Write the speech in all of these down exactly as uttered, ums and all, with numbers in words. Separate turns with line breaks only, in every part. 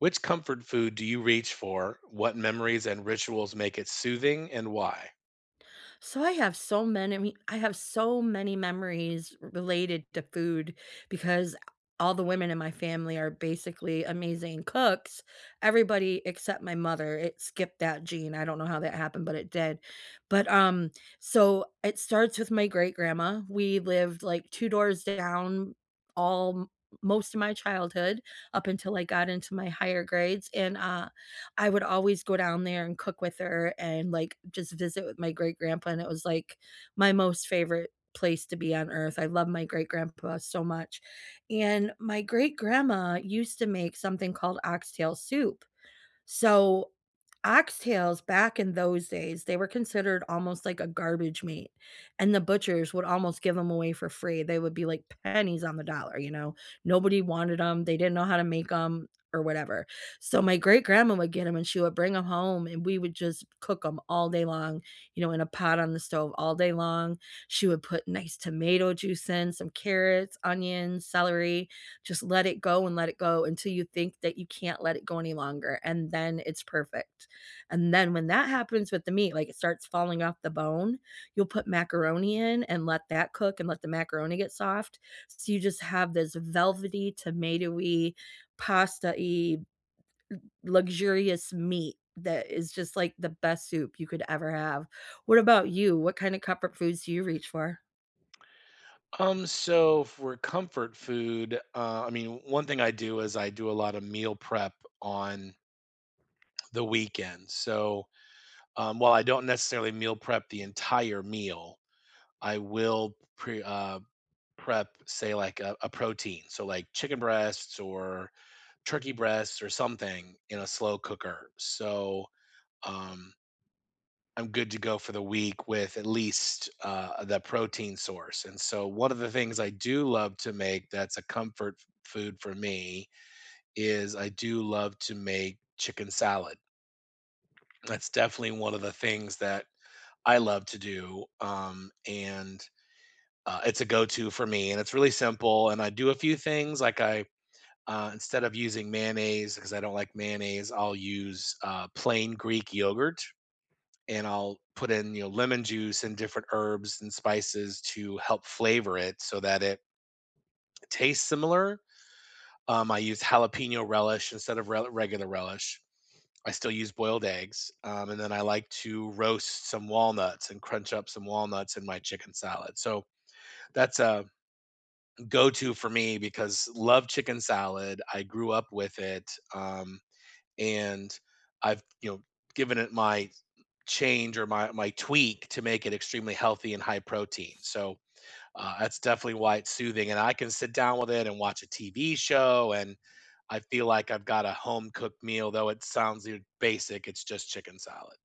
Which comfort food do you reach for? What memories and rituals make it soothing and why?
So I have so many I mean, I have so many memories related to food because all the women in my family are basically amazing cooks. Everybody except my mother. It skipped that gene. I don't know how that happened, but it did. But um, so it starts with my great grandma. We lived like two doors down all most of my childhood up until I got into my higher grades. And uh I would always go down there and cook with her and, like, just visit with my great grandpa, and it was, like, my most favorite place to be on earth. I love my great grandpa so much, and my great grandma used to make something called oxtail soup, so, oxtails back in those days, they were considered almost like a garbage meat, and the butchers would almost give them away for free. They would be like pennies on the dollar, you know? Nobody wanted them. They didn't know how to make them or whatever. So, my great grandma would get them, and she would bring them home, and we would just cook them all day long, you know, in a pot on the stove all day long. She would put nice tomato juice in, some carrots, onions, celery, just let it go and let it go until you think that you can't let it go any longer, and then it's perfect. And then when that happens with the meat, like it starts falling off the bone, you'll put macaroni in and let that cook and let the macaroni get soft. So you just have this velvety, tomatoey, pasta-y, luxurious meat that is just like the best soup you could ever have. What about you? What kind of comfort foods do you reach for?
Um, so for comfort food, uh, I mean, one thing I do is I do a lot of meal prep on the weekend. So um, while I don't necessarily meal prep the entire meal, I will pre uh, prep, say, like a, a protein. So like chicken breasts or turkey breasts or something in a slow cooker. So um, I'm good to go for the week with at least uh, the protein source. And so, one of the things I do love to make that's a comfort f- food for me is I do love to make chicken salad. That's definitely one of the things that I love to do. Um, and uh, It's a go to for me. And it's really simple. And I do a few things like I, uh, instead of using mayonnaise, because I don't like mayonnaise, I'll use uh, plain Greek yogurt, and I'll put in, you know, lemon juice and different herbs and spices to help flavor it so that it tastes similar. Um, I use jalapeno relish instead of rel regular relish. I still use boiled eggs, um, and then I like to roast some walnuts and crunch up some walnuts in my chicken salad. So that's a go-to for me because love chicken salad. I grew up with it, um, and I've, you know, given it my change or my my tweak to make it extremely healthy and high protein. So uh, that's definitely why it's soothing, and I can sit down with it and watch a T V show, and I feel like I've got a home cooked meal. Though it sounds e- basic, it's just chicken salad.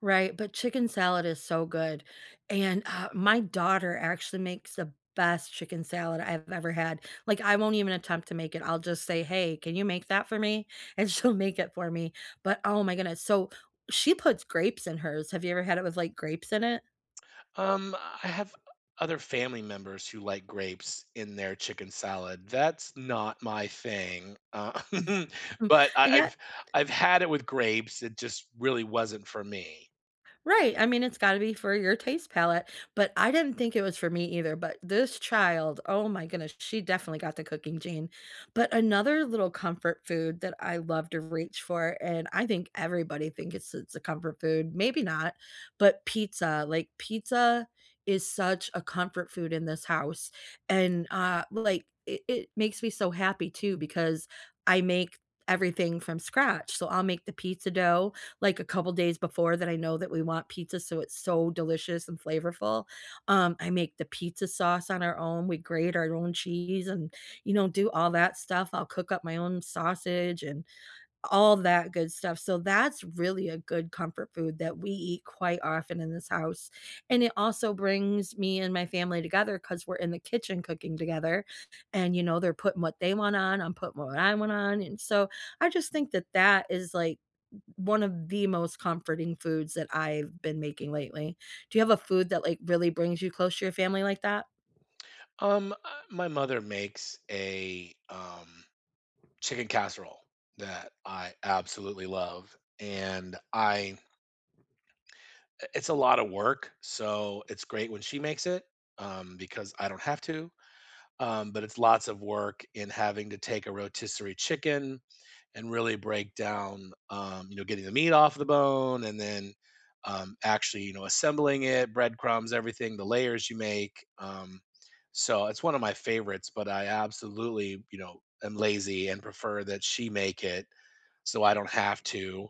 Right, but chicken salad is so good, and, uh, my daughter actually makes the best chicken salad I've ever had, like, I won't even attempt to make it, I'll just say, "Hey, can you make that for me?" And she'll make it for me, but oh my goodness, so she puts grapes in hers, have you ever had it with, like, grapes in it?
Um, I have other family members who like grapes in their chicken salad. That's not my thing, uh,
Mm,
but I,
yeah.
I've I've had it with grapes. It just really wasn't for me.
Right, I mean, it's gotta be for your taste palette, but I didn't think it was for me either, but this child, oh my goodness, she definitely got the cooking gene. But another little comfort food that I love to reach for, and I think everybody thinks it's it's a comfort food, maybe not, but pizza, like, pizza is such a comfort food in this house, and, uh, like, it it makes me so happy too because I make everything from scratch, so I'll make the pizza dough like a couple days before that I know that we want pizza, so it's so delicious and flavorful. Um, I make the pizza sauce on our own. We grate our own cheese and, you know, do all that stuff. I'll cook up my own sausage and all that good stuff. So that's really a good comfort food that we eat quite often in this house, and it also brings me and my family together because 'cause we're in the kitchen cooking together, and, you know, they're putting what they want on, I'm putting what I want on, and so I just think that that is, like, one of the most comforting foods that I've been making lately. Do you have a food that, like, really brings you close to your family like that?
Um, uh, my mother makes a um chicken casserole that I absolutely love, and I it's a lot of work, so it's great when she makes it um because I don't have to. Um, but it's lots of work in having to take a rotisserie chicken and really break down, um, you know, getting the meat off the bone and then um, actually, you know, assembling it, breadcrumbs, everything, the layers you make. Um, so it's one of my favorites, but I absolutely, you know, am lazy and prefer that she make it so I don't have to.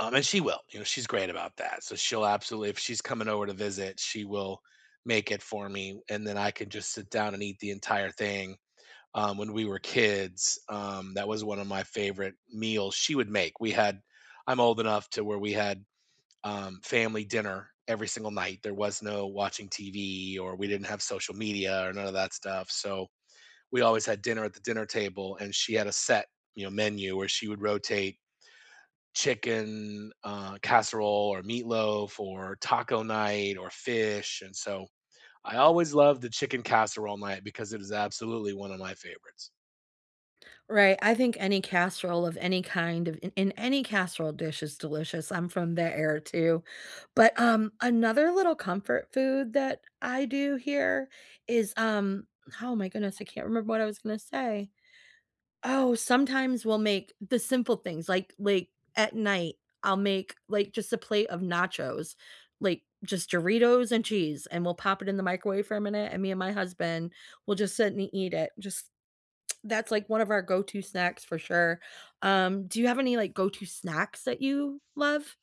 Um, and she will, you know, she's great about that. So she'll absolutely, if she's coming over to visit, she will make it for me, and then I can just sit down and eat the entire thing. Um, when we were kids, Um, that was one of my favorite meals she would make. We had, I'm old enough to where we had um, family dinner every single night. There was no watching T V, or we didn't have social media or none of that stuff. So we always had dinner at the dinner table, and she had a set, you know, menu where she would rotate chicken uh, casserole, or meatloaf, or taco night, or fish, and so. I always loved the chicken casserole night because it is absolutely one of my favorites.
Right, I think any casserole of any kind of in in any casserole dish is delicious, I'm from that era too, but, um, another little comfort food that I do here is, um oh my goodness, I can't remember what I was gonna say. Oh, sometimes we'll make the simple things, like like, at night, I'll make, like, just a plate of nachos, like, just Doritos and cheese, and we'll pop it in the microwave for a minute, and me and my husband will just sit and eat it, just that's, like, one of our go-to snacks for sure. Um, do you have any, like, go-to snacks that you love?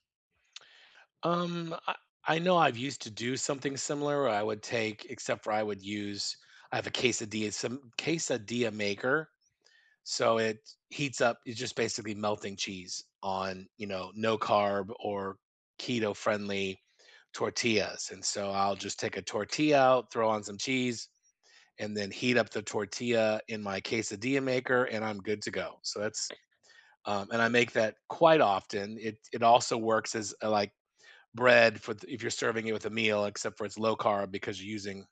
Um, I, I know I've used to do something similar where I would take, except for I would use, I have a quesadilla, some quesadilla maker. So it heats up, it's just basically melting cheese on, you know, no carb or keto friendly tortillas. And so I'll just take a tortilla out, throw on some cheese, and then heat up the tortilla in my quesadilla maker, and I'm good to go. So that's, um, and I
Er
make that quite often. It it also works as a, like, bread for if you're serving it with a meal, except for it's low carb because you're using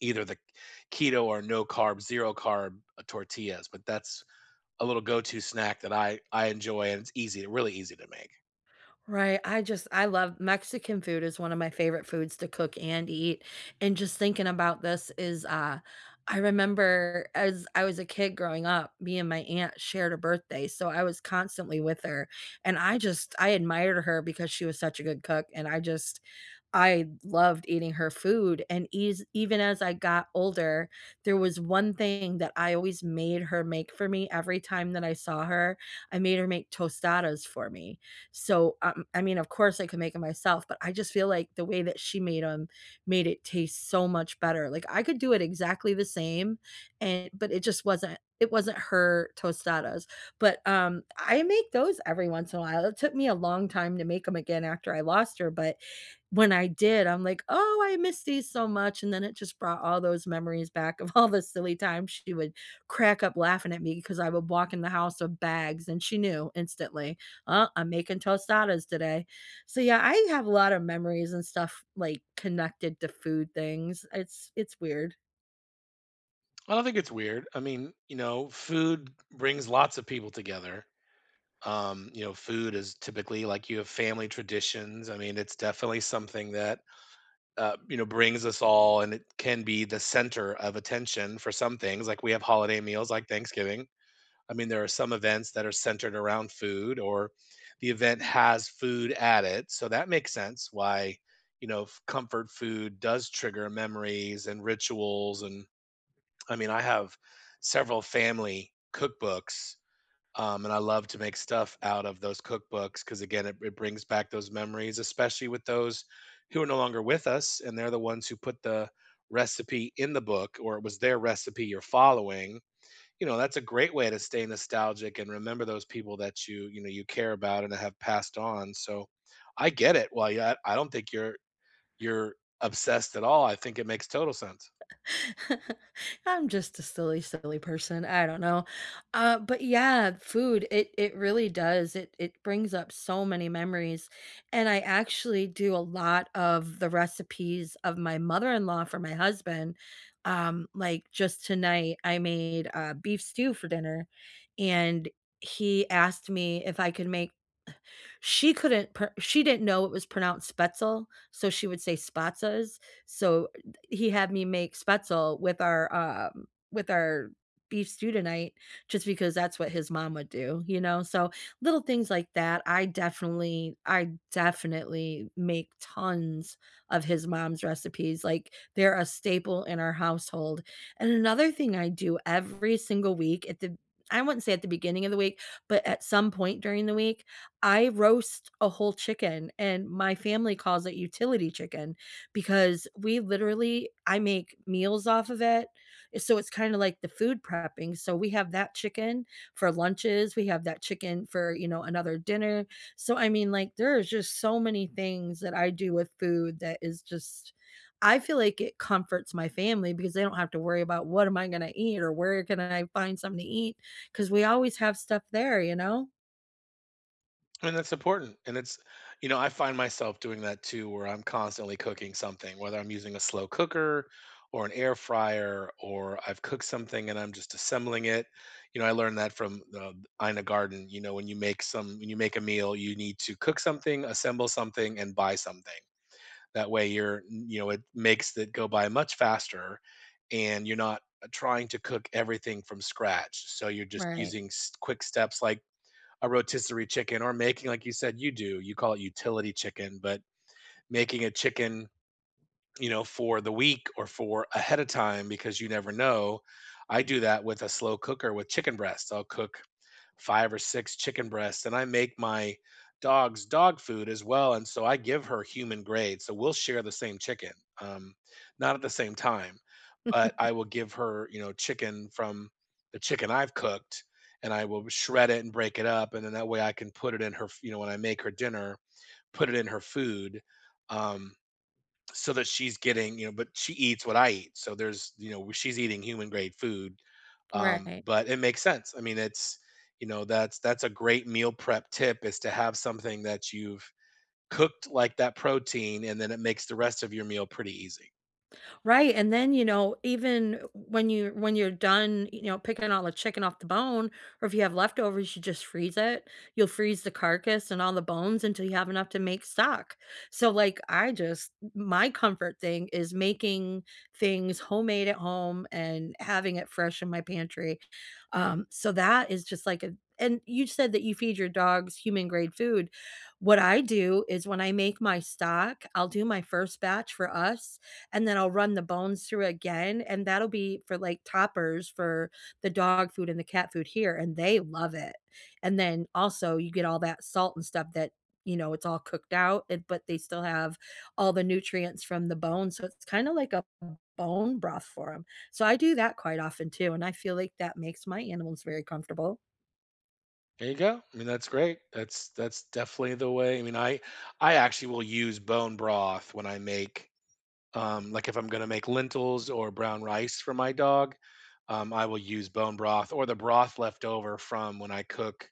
either the keto or no carb, zero carb uh, tortillas. But that's a little go-to snack that I I enjoy, and it's easy, really easy to make.
Right. I just I love Mexican food is one of my favorite foods to cook and eat. And just thinking about this is uh I remember as I was a kid growing up, me and my aunt shared a birthday. So I was constantly with her. And I just I admired her because she was such a good cook. And I just I loved eating her food. And eas even as I got older, there was one thing that I always made her make for me every time that I saw her. I made her make tostadas for me. So, um, I mean, of course I could make it myself, but I just feel like the way that she made them made it taste so much better. Like, I could do it exactly the same and but it just wasn't it wasn't her tostadas. But, um, I make those every once in a while. It took me a long time to make them again after I lost her, but when I did, I'm like, "Oh, I miss these so much," and then it just brought all those memories back of all the silly times she would crack up laughing at me because I would walk in the house with bags, and she knew instantly oh, I'm making tostadas today. So yeah, I have a lot of memories and stuff like connected to food things. It's it's weird.
I don't think it's weird. I mean, you know, food brings lots of people together. Um, you know, food is typically like you have family traditions. I mean, it's definitely something that uh, you know, brings us all, and it can be the center of attention for some things. Like we have holiday meals, like Thanksgiving. I mean, there are some events that are centered around food, or the event has food at it. So that makes sense why, you know, f- comfort food does trigger memories and rituals. And I mean, I have several family cookbooks. Um, and I love to make stuff out of those cookbooks because, again, it, it brings back those memories, especially with those who are no longer with us. And they're the ones who put the recipe in the book, or it was their recipe you're following, you know, that's a great way to stay nostalgic and remember those people that you, you know, you care about and have passed on. So I get it. Well, yeah, I don't think you're you're obsessed at all. I think it makes total sense.
I'm just a silly, silly person. I don't know. Uh, but yeah, food, it it really does. It it brings up so many memories. And I actually do a lot of the recipes of my mother-in-law for my husband. Um, like just tonight, I made uh, beef stew for dinner, and he asked me if I could make she couldn't pr she didn't know it was pronounced Spetzel, so she would say Spatzes, so he had me make Spetzel with our, um with our beef stew tonight just because that's what his mom would do, you know, so little things like that, I definitely I definitely make tons of his mom's recipes, like, they're a staple in our household, and another thing I do every single week at the I wouldn't say at the beginning of the week, but at some point during the week, I roast a whole chicken, and my family calls it utility chicken because we literally I make meals off of it, eh, so it's kinda like the food prepping, so we have that chicken for lunches, we have that chicken for, you know, another dinner, so, I mean, like, there is just so many things that I do with food that is just I feel like it comforts my family because they don't have to worry about what am I gonna eat or where can I find something to eat because we always have stuff there, you know?
And that's important. And it's, you know, I find myself doing that too, where I'm constantly cooking something, whether I'm using a slow cooker or an air fryer, or I've cooked something and I'm just assembling it. You know, I learned that from uh, Ina Garden. You know, when you make some, when you make a meal, you need to cook something, assemble something, and buy something. That way you're, you know, it makes it go by much faster, and you're not uh, trying to cook everything from scratch. So you're just
Right,
using s quick steps like a rotisserie chicken, or making like you said you do, you call it utility chicken, but making a chicken, you know, for the week or for ahead of time because you never know. I do that with a slow cooker with chicken breasts. I'll cook five or six chicken breasts, and I make my dog's dog food as well. And so I give her human grade. So we'll share the same chicken, um, not at the same time, but I will give her, you know, chicken from the chicken I've cooked, and I will shred it and break it up. And then that way I can put it in her, f- you know, when I make her dinner, put it in her food. Um, so that she's getting, you know, but she eats what I eat. So there's, you know, she's eating human grade food. Um,
right.
but it makes sense. I mean, it's, you know, that's that's a great meal prep tip is to have something that you've cooked like that protein, and then it makes the rest of your meal pretty easy.
Right, and then, you know, even when you when you're done, you know, picking all the chicken off the bone, or if you have leftovers, you just freeze it. You'll freeze the carcass and all the bones until you have enough to make stock. So, like, I just my comfort thing is making things homemade at home and having it fresh in my pantry. Um, so that is just like a and you said that you feed your dogs human grade food. What I do is when I make my stock, I'll do my first batch for us and then I'll run the bones through again, and that'll be for, like, toppers for the dog food and the cat food here, and they love it, and then, also, you get all that salt and stuff that, you know, it's all cooked out, and but they still have all the nutrients from the bone, so it's kinda like a bone broth for them. So I do that quite often too, and I feel like that makes my animals very comfortable.
There you go. I mean, that's great. That's that's definitely the way. I mean, I I actually will use bone broth when I make. Um, like if I'm gonna make lentils or brown rice for my dog, um, I will use bone broth or the broth left over from when I cook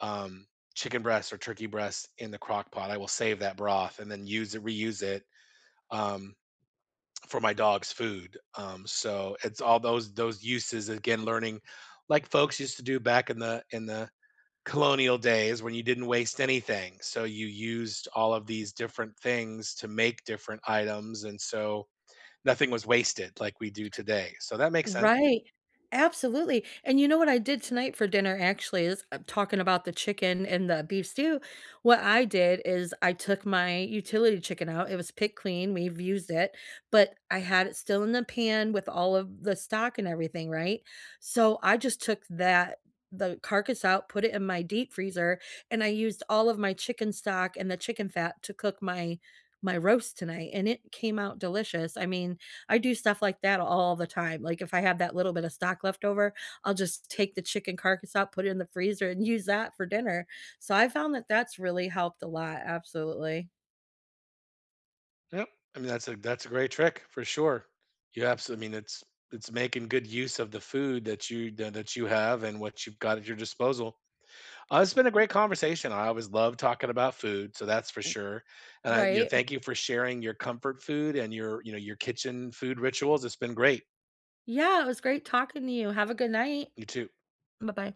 um, chicken breasts or turkey breasts in the crock pot. I will save that broth and then use it, reuse it, um, for my dog's food. Um, so it's all those those uses again, learning like folks used to do back in the in the colonial days when you didn't waste anything. So you used all of these different things to make different items, and so nothing was wasted like we do today. So that makes sense.
Right. Absolutely. And you know what I did tonight for dinner actually is uh, talking about the chicken and the beef stew. What I did is I took my utility chicken out. It was picked clean. We've used it, but I had it still in the pan with all of the stock and everything, right? So I just took that the carcass out, put it in my deep freezer, and I used all of my chicken stock and the chicken fat to cook my my roast tonight and it came out delicious. I mean, I do stuff like that all the time. Like, if I have that little bit of stock left over, I'll just take the chicken carcass out, put it in the freezer, and use that for dinner. So I found that that's really helped a lot. Absolutely.
Yep. I mean, that's a that's a great trick for sure. You absolutely. I mean, it's it's making good use of the food that you tha- that you have and what you've got at your disposal. Uh, it's been a great conversation. I always love talking about food, so that's for sure. And I, you know,
Right?
thank you for sharing your comfort food and your, you know, your kitchen food rituals. It's been great.
Yeah, it was great talking to you. Have a good night.
You too.
Bye bye.